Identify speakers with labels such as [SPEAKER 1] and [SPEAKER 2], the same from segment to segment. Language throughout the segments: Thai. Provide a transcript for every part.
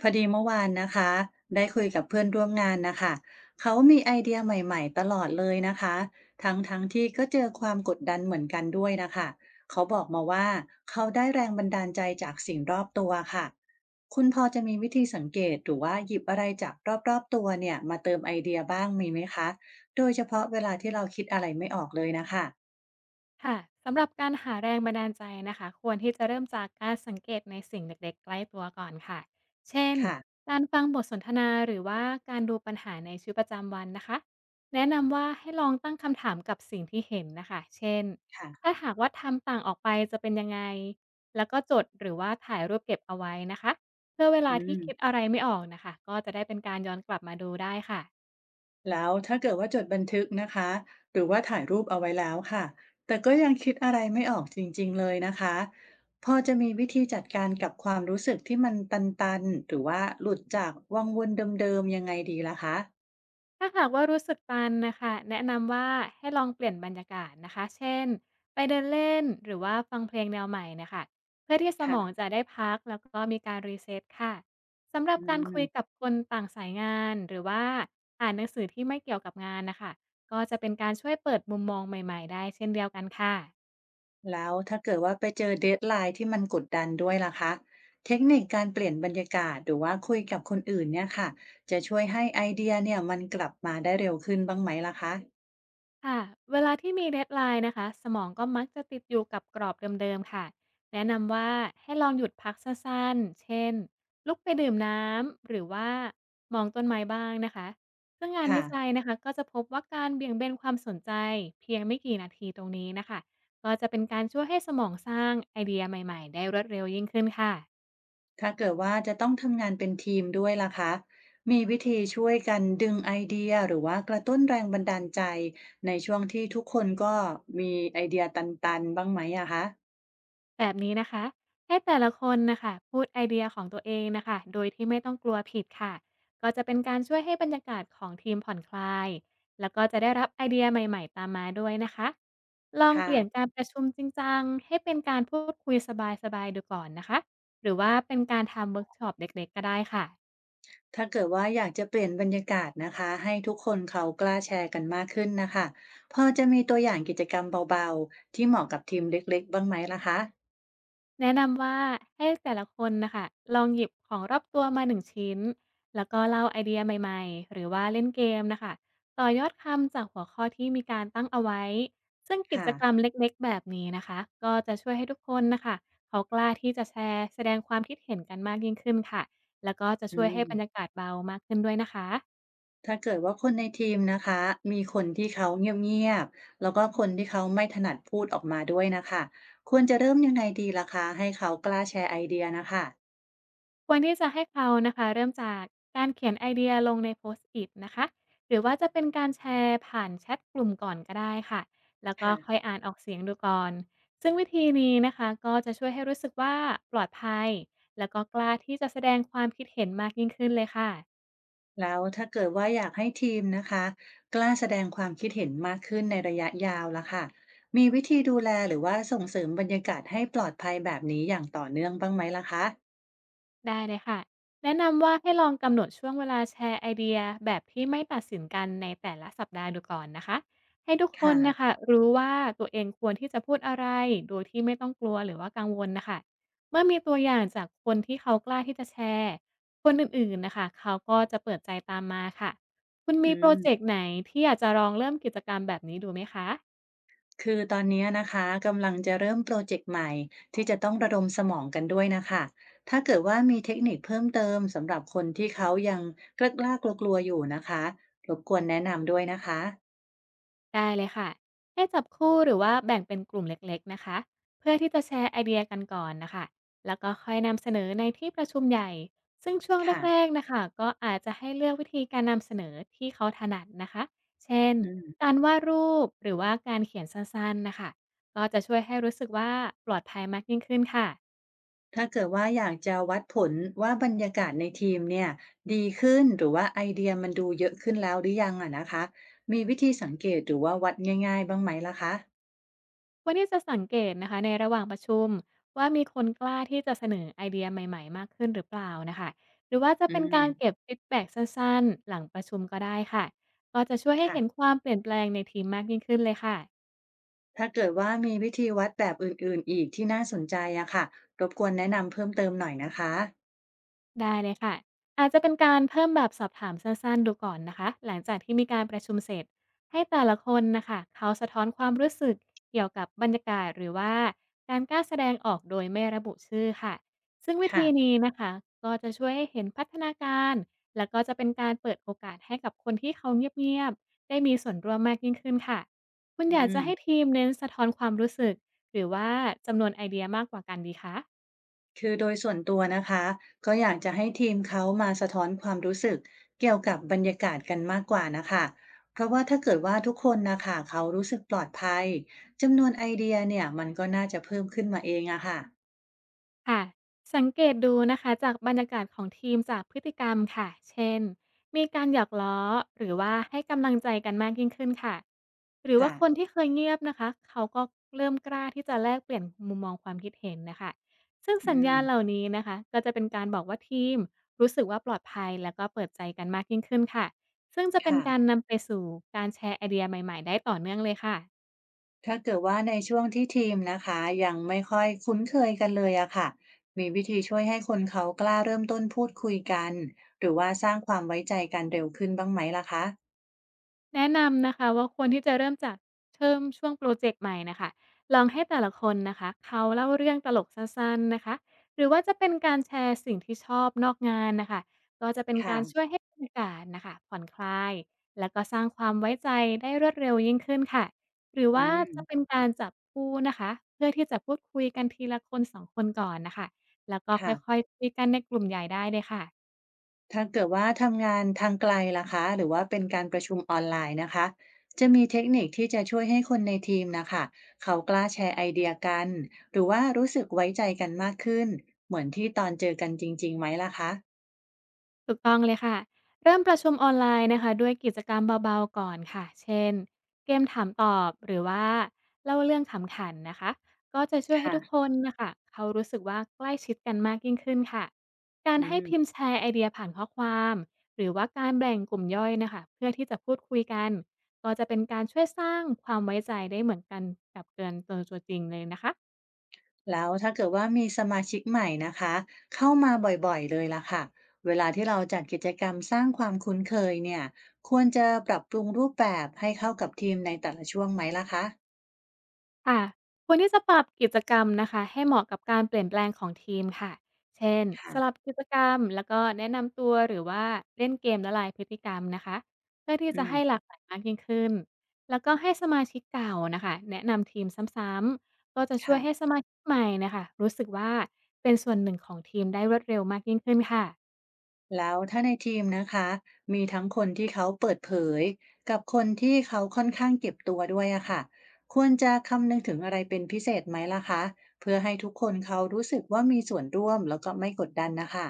[SPEAKER 1] พอดีเมื่อวานนะคะได้คุยกับเพื่อนร่วมงานนะคะเขามีไอเดียใหม่ๆตลอดเลยนะคะทั้งๆทที่ก็เจอความกดดันเหมือนกันด้วยนะคะเขาบอกมาว่าเขาได้แรงบันดาลใจจากสิ่งรอบตัวค่ะคุณพอจะมีวิธีสังเกตหรือว่าหยิบอะไรจากรอบๆตัวเนี่ยมาเติมไอเดียบ้างมีไหมคะโดยเฉพาะเวลาที่เราคิดอะไรไม่ออกเลยนะคะ
[SPEAKER 2] ค่ะสำหรับการหาแรงบันดาลใจนะคะควรที่จะเริ่มจากการสังเกตในสิ่งเล็กๆใกล้ตัวก่อนค่ะเช่น
[SPEAKER 1] ค่ะ
[SPEAKER 2] การฟังบทสนทนาหรือว่าการดูปัญหาในชีวิตประจำวันนะคะแนะนำว่าให้ลองตั้งคำถามกับสิ่งที่เห็นนะคะเช่นถ้า
[SPEAKER 1] ค่ะ
[SPEAKER 2] หากว่าทำต่างออกไปจะเป็นยังไงแล้วก็จดหรือว่าถ่ายรูปเก็บเอาไว้นะคะเพื่อเวลา
[SPEAKER 1] อื
[SPEAKER 2] ที่คิด
[SPEAKER 1] ม
[SPEAKER 2] อะไรไม่ออกนะคะก็จะได้เป็นการย้อนกลับมาดูได้ค่ะ
[SPEAKER 1] แล้วถ้าเกิดว่าจดบันทึกนะคะหรือว่าถ่ายรูปเอาไว้แล้วค่ะแต่ก็ยังคิดอะไรไม่ออกจริงๆเลยนะคะพอจะมีวิธีจัดการกับความรู้สึกที่มันตันๆหรือว่าหลุดจากวังวนเดิมๆยังไงดีล่ะคะ
[SPEAKER 2] ถ้าหากว่ารู้สึกตันนะคะแนะนำว่าให้ลองเปลี่ยนบรรยากาศนะคะเช่นไปเดินเล่นหรือว่าฟังเพลงแนวใหม่นะคะเพื่อที่สมอง
[SPEAKER 1] ค่ะ
[SPEAKER 2] จะได้พักแล้วก็มีการ reset ค่ะสำหรับ
[SPEAKER 1] อื
[SPEAKER 2] การคุยกับ
[SPEAKER 1] ม
[SPEAKER 2] คนต่างสายงานหรือว่าอ่านหนังสือที่ไม่เกี่ยวกับงานนะคะก็จะเป็นการช่วยเปิดมุมมองใหม่ๆได้เช่นเดียวกันค่ะ
[SPEAKER 1] แล้วถ้าเกิดว่าไปเจอเดดไลน์ที่มันกดดันด้วยล่ะคะเทคนิคการเปลี่ยนบรรยากาศหรือว่าคุยกับคนอื่นเนี่ยค่ะจะช่วยให้ไอเดียเนี่ยมันกลับมาได้เร็วขึ้นบ้างไหมล่ะคะ
[SPEAKER 2] ค่ะ เวลาที่มี deadline นนะคะ สมองก็มักจะติดอยู่กับกรอบเดิมๆค่ะ แนะนำว่าให้ลองหยุดพักสั้นๆเช่นลุกไปดื่มน้ำ หรือว่ามองต้นไม้บ้างนะคะซึ่งงาน
[SPEAKER 1] ค่ะ
[SPEAKER 2] วิจัยนะคะก็จะพบว่าการเบี่ยงเบนความสนใจเพียงไม่กี่นาทีตรงนี้นะคะ ก็จะเป็นการช่วยให้สมองสร้างไอเดียใหม่ๆได้รวดเร็วยิ่งขึ้นค่ะ
[SPEAKER 1] ถ้าเกิดว่าจะต้องทำงานเป็นทีมด้วยล่ะคะ มีวิธีช่วยกันดึงไอเดียหรือว่ากระตุ้นแรงบันดาลใจในช่วงที่ทุกคนก็มีไอเดียตันๆบ้างไหมอะคะ
[SPEAKER 2] แบบนี้นะคะให้แต่ละคนนะคะพูดไอเดียของตัวเองนะคะโดยที่ไม่ต้องกลัวผิดค่ะก็จะเป็นการช่วยให้บรรยากาศของทีมผ่อนคลายแล้วก็จะได้รับไอเดียใหม่ๆตามมาด้วยนะคะลองเป
[SPEAKER 1] ค่ะ
[SPEAKER 2] ลี่ยนการประชุมจริงจังให้เป็นการพูดคุยสบายๆดูก่อนนะคะหรือว่าเป็นการทำเวิร์กช็อปเด็กๆก็ได้ค่ะ
[SPEAKER 1] ถ้าเกิดว่าอยากจะเปลี่ยนบรรยากาศนะคะให้ทุกคนเขากล้าแชร์กันมากขึ้นนะคะพอจะมีตัวอย่างกิจกรรมเบาๆที่เหมาะกับทีมเล็กๆบ้างไหมล่ะคะ
[SPEAKER 2] แนะนำว่าให้แต่ละคนนะคะลองหยิบของรอบตัวมา1ชิ้นแล้วก็เล่าไอเดียใหม่ๆหรือว่าเล่นเกมนะคะต่อยอดคำจากหัวข้อที่มีการตั้งเอาไว้ซึ่งกิจ
[SPEAKER 1] ค่ะ
[SPEAKER 2] กรรมเล็กๆแบบนี้นะคะก็จะช่วยให้ทุกคนนะคะเขากล้าที่จะแชร์แสดงความคิดเห็นกันมากยิ่งขึ้นค่ะแล้วก็จะ
[SPEAKER 1] อื
[SPEAKER 2] ช่วยให้บรรยา
[SPEAKER 1] ม
[SPEAKER 2] กาศเบามากขึ้นด้วยนะคะ
[SPEAKER 1] ถ้าเกิดว่าคนในทีมนะคะมีคนที่เขาเงียบๆแล้วก็คนที่เขาไม่ถนัดพูดออกมาด้วยนะคะควรจะเริ่มยังไงดีล่ะคะให้เขากล้าแชร์ไอเดียนะคะ
[SPEAKER 2] ควรที่จะให้เขานะคะเริ่มจากการเขียนไอเดียลงใน Post-it นะคะหรือว่าจะเป็นการแชร์ผ่านแชทกลุ่มก่อนก็ได้ค่ะแล้วก็ค่อย
[SPEAKER 1] ค่ะ
[SPEAKER 2] อ่านออกเสียงดูก่อนซึ่งวิธีนี้นะคะก็จะช่วยให้รู้สึกว่าปลอดภัยแล้วก็กล้าที่จะแสดงความคิดเห็นมากยิ่งขึ้นเลยค่ะ
[SPEAKER 1] แล้วถ้าเกิดว่าอยากให้ทีมนะคะกล้าแสดงความคิดเห็นมากขึ้นในระยะยาวล่ะค่ะมีวิธีดูแลหรือว่าส่งเสริมบรรยากาศให้ปลอดภัยแบบนี้อย่างต่อเนื่องบ้างไหมล่ะคะ
[SPEAKER 2] ได้เลยค่ะแนะนำว่าให้ลองกำหนดช่วงเวลาแชร์ไอเดียแบบที่ไม่ตัดสินกันในแต่ละสัปดาห์ดูก่อนนะคะให้ทุกคน
[SPEAKER 1] ค่ะ
[SPEAKER 2] นะคะรู้ว่าตัวเองควรที่จะพูดอะไรโดยที่ไม่ต้องกลัวหรือว่ากังวลนะคะเมื่อมีตัวอย่างจากคนที่เขากล้าที่จะแชร์คนอื่นๆนะคะเขาก็จะเปิดใจตามมาค่ะคุณมี
[SPEAKER 1] อื
[SPEAKER 2] โปร
[SPEAKER 1] ม
[SPEAKER 2] เจกต์ไหนที่อยากจะลองเริ่มกิจกรรมแบบนี้ดูไหมคะ
[SPEAKER 1] คือตอนนี้นะคะกำลังจะเริ่มโปรเจกต์ใหม่ที่จะต้องระดมสมองกันด้วยนะคะถ้าเกิดว่ามีเทคนิคเพิ่มเติมสำหรับคนที่เขายังกล้ากลัวๆอยู่นะคะรบกวนแนะนำด้วยนะคะ
[SPEAKER 2] ได้เลยค่ะให้จับคู่หรือว่าแบ่งเป็นกลุ่มเล็กๆนะคะเพื่อที่จะแชร์ไอเดียกันก่อนนะคะแล้วก็ค่อยนำเสนอในที่ประชุมใหญ่ซึ่งช่วง
[SPEAKER 1] ค่ะ
[SPEAKER 2] แรกๆนะคะก็อาจจะให้เลือกวิธีการนำเสนอที่เขาถนัดนะคะเช่น
[SPEAKER 1] อืม
[SPEAKER 2] การวาดรูปหรือว่าการเขียนสั้นๆนะคะก็จะช่วยให้รู้สึกว่าปลอดภัยมากยิ่งขึ้นค่ะ
[SPEAKER 1] ถ้าเกิดว่าอยากจะวัดผลว่าบรรยากาศในทีมเนี่ยดีขึ้นหรือว่าไอเดียมันดูเยอะขึ้นแล้วหรือยังอะนะคะมีวิธีสังเกตหรือว่าวัดง่ายๆบ้างไหมล่ะคะ
[SPEAKER 2] ควรที่จะสังเกตนะคะในระหว่างประชุมว่ามีคนกล้าที่จะเสนอไอเดียใหม่ๆมากขึ้นหรือเปล่านะคะหรือว่าจะ
[SPEAKER 1] อื
[SPEAKER 2] เป็น
[SPEAKER 1] ม
[SPEAKER 2] การเก็บฟีดแบ็กสั้นๆหลังประชุมก็ได้ค่ะก็จะช่วยให้เห็นค
[SPEAKER 1] ค่ะ
[SPEAKER 2] วามเปลี่ยนแปลงในทีมมากยิ่งขึ้นเลยค่ะ
[SPEAKER 1] ถ้าเกิดว่ามีวิธีวัดแบบอื่นๆอีกที่น่าสนใจอะค่ะรบกวนแนะนำเพิ่มเติมหน่อยนะคะ
[SPEAKER 2] ได้เลยค่ะอาจจะเป็นการเพิ่มแบบสอบถามสั้นๆดูก่อนนะคะหลังจากที่มีการประชุมเสร็จให้แต่ละคนนะคะเขาสะท้อนความรู้สึกเกี่ยวกับบรรยากาศหรือว่าการกล้าแสดงออกโดยไม่ระบุชื่อค่ะซึ่งวิธี
[SPEAKER 1] ค่ะ
[SPEAKER 2] นี้นะคะก็จะช่วยให้เห็นพัฒนาการแล้วก็จะเป็นการเปิดโอกาสให้กับคนที่เขาเงียบๆได้มีส่วนร่วมมากยิ่งขึ้นค่ะคุณ
[SPEAKER 1] อื
[SPEAKER 2] อยากจะให้
[SPEAKER 1] ม
[SPEAKER 2] ทีมเน้นสะท้อนความรู้สึกหรือว่าจำนวนไอเดียมากกว่ากันดีคะ
[SPEAKER 1] คือโดยส่วนตัวนะคะก็อยากจะให้ทีมเขามาสะท้อนความรู้สึกเกี่ยวกับบรรยากาศกันมากกว่านะคะเพราะว่าถ้าเกิดว่าทุกคนนะคะเขารู้สึกปลอดภัยจำนวนไอเดียเนี่ยมันก็น่าจะเพิ่มขึ้นมาเองอะค่ะ
[SPEAKER 2] ค่ะสังเกตดูนะคะจากบรรยากาศของทีมจากพฤติกรรมค่ะเช่นมีการหยอกล้อหรือว่าให้กำลังใจกันมากยิ่งขึ้นค่ะหรือว่า
[SPEAKER 1] ค่ะ
[SPEAKER 2] คนที่เคยเงียบนะคะเขาก็เริ่มกล้าที่จะแลกเปลี่ยนมุมมองความคิดเห็นนะคะซึ่ง
[SPEAKER 1] อื
[SPEAKER 2] สัญญาณเหล่า
[SPEAKER 1] ม
[SPEAKER 2] นี้นะคะก็จะเป็นการบอกว่าทีมรู้สึกว่าปลอดภัยแล้วก็เปิดใจกันมากยิ่งขึ้นค่ะซึ่งจะเป็น
[SPEAKER 1] ค่ะ
[SPEAKER 2] การนำไปสู่การแชร์ไอเดียใหม่ๆได้ต่อเนื่องเลยค่ะ
[SPEAKER 1] ถ้าเกิดว่าในช่วงที่ทีมนะคะยังไม่ค่อยคุ้นเคยกันเลยอะค่ะมีวิธีช่วยให้คนเขากล้าเริ่มต้นพูดคุยกันหรือว่าสร้างความไว้ใจกันเร็วขึ้นบ้างไหมล่ะคะ
[SPEAKER 2] แนะนำนะคะว่าควรที่จะเริ่มจากเชิ่มช่วงโปรเจกต์ใหม่นะคะลองให้แต่ละคนนะคะเขาเล่าเรื่องตลกสั้นๆนะคะหรือว่าจะเป็นการแชร์สิ่งที่ชอบนอกงานนะคะก็จะเป็นการช่
[SPEAKER 1] ค่ะ
[SPEAKER 2] วยให้บรรยากาศนะคะผ่อนคลายแล้วก็สร้างความไว้ใจได้รวดเร็วยิ่งขึ้นค่ะหรือ
[SPEAKER 1] อื
[SPEAKER 2] ว่า
[SPEAKER 1] ม
[SPEAKER 2] จะเป็นการจับคู่นะคะเพื่อที่จะพูดคุยกันทีละคนสองคนก่อนนะคะแล้วก็ค
[SPEAKER 1] ค่ะ
[SPEAKER 2] ่อยๆคุยกันในกลุ่มใหญ่ได้เลยค่ะ
[SPEAKER 1] ถ้าเกิดว่าทำงานทางไกลล่ะคะหรือว่าเป็นการประชุมออนไลน์นะคะจะมีเทคนิคที่จะช่วยให้คนในทีมนะคะเขากล้าแชร์ไอเดียกันหรือว่ารู้สึกไว้ใจกันมากขึ้นเหมือนที่ตอนเจอกันจริงๆไหมล่ะคะ
[SPEAKER 2] ถูกต้องเลยค่ะเริ่มประชุมออนไลน์นะคะด้วยกิจกรรมเบาๆก่อนค่ะเช่นเกมถามตอบหรือว่าเล่าเรื่องขำขันนะคะก็จะช่วยให้ทุกค
[SPEAKER 1] ค่ะ
[SPEAKER 2] นนะคะเขารู้สึกว่าใกล้ชิดกันมากยิ่งขึ้นค่ะการ
[SPEAKER 1] อื
[SPEAKER 2] ให้
[SPEAKER 1] ม
[SPEAKER 2] พิมพ์แชร์ไอเดียผ่านข้อความหรือว่าการแบ่งกลุ่มย่อยนะคะเพื่อที่จะพูดคุยกันก็จะเป็นการช่วยสร้างความไว้ใจได้เหมือนกันกับเกินตัวตัวจริงเลยนะคะ
[SPEAKER 1] แล้วถ้าเกิดว่ามีสมาชิกใหม่นะคะเข้ามาบ่อยๆเลยล่ะค่ะเวลาที่เราจัดกิจกรรมสร้างความคุ้นเคยเนี่ยควรจะปรับปรุงรูปแบบให้เข้ากับทีมในแต่ละช่วงไหมล่ะคะ
[SPEAKER 2] ค่ะควรที่จะปรับกิจกรรมนะคะให้เหมาะกับการเปลี่ยนแปลงของทีมค่ะเช่นสลับ
[SPEAKER 1] ค่ะ
[SPEAKER 2] กิจกรรมแล้วก็แนะนำตัวหรือว่าเล่นเกมละลายพฤติกรรมนะคะเพื่อที่
[SPEAKER 1] อื
[SPEAKER 2] จะให้หลา
[SPEAKER 1] ม
[SPEAKER 2] กหลายมากยิ่งขึ้นแล้วก็ให้สมาชิกเก่านะคะแนะนำทีมซ้ำๆก็จะช่ว
[SPEAKER 1] ค่ะ
[SPEAKER 2] ยให้สมาชิกใหม่นะคะรู้สึกว่าเป็นส่วนหนึ่งของทีมได้รวดเร็วมากยิ่งขึ้นค่ะ
[SPEAKER 1] แล้วถ้าในทีมนะคะมีทั้งคนที่เขาเปิดเผยกับคนที่เขาค่อนข้างเก็บตัวด้วยอะค่ะควรจะคำนึงถึงอะไรเป็นพิเศษไหมล่ะคะเพื่อให้ทุกคนเขารู้สึกว่ามีส่วนร่วมแล้วก็ไม่กดดันนะคะ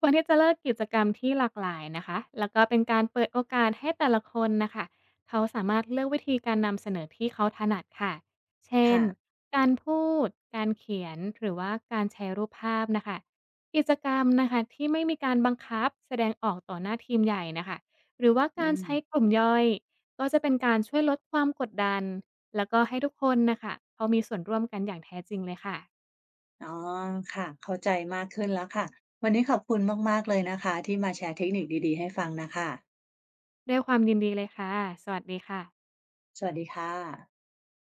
[SPEAKER 2] ควรที่จะเลือกกิจกรรมที่หลากหลายนะคะแล้วก็เป็นการเปิดโอกาสให้แต่ละคนนะคะเขาสามารถเลือกวิธีการนำเสนอที่เขาถนัดค่ะเช่น
[SPEAKER 1] ค่ะ
[SPEAKER 2] การพูด การเขียนหรือว่าการแชร์รูปภาพนะคะกิจกรรมนะคะที่ไม่มีการบังคับแสดงออกต่อหน้าทีมใหญ่นะคะหรือว่า
[SPEAKER 1] อื
[SPEAKER 2] การ
[SPEAKER 1] ม
[SPEAKER 2] ใช้กลุ่มย่อยก็จะเป็นการช่วยลดความกดดันแล้วก็ให้ทุกคนนะคะเขามีส่วนร่วมกันอย่างแท้จริงเลยค่ะ
[SPEAKER 1] อ๋อค่ะเข้าใจมากขึ้นแล้วค่ะวันนี้ขอบคุณมากๆเลยนะคะที่มาแชร์เทคนิคดีๆให้ฟังน่ะค่ะ
[SPEAKER 2] ด้วยความยินดีเลยค่ะสวัสดีค่ะ
[SPEAKER 1] สวัสดีค่ะ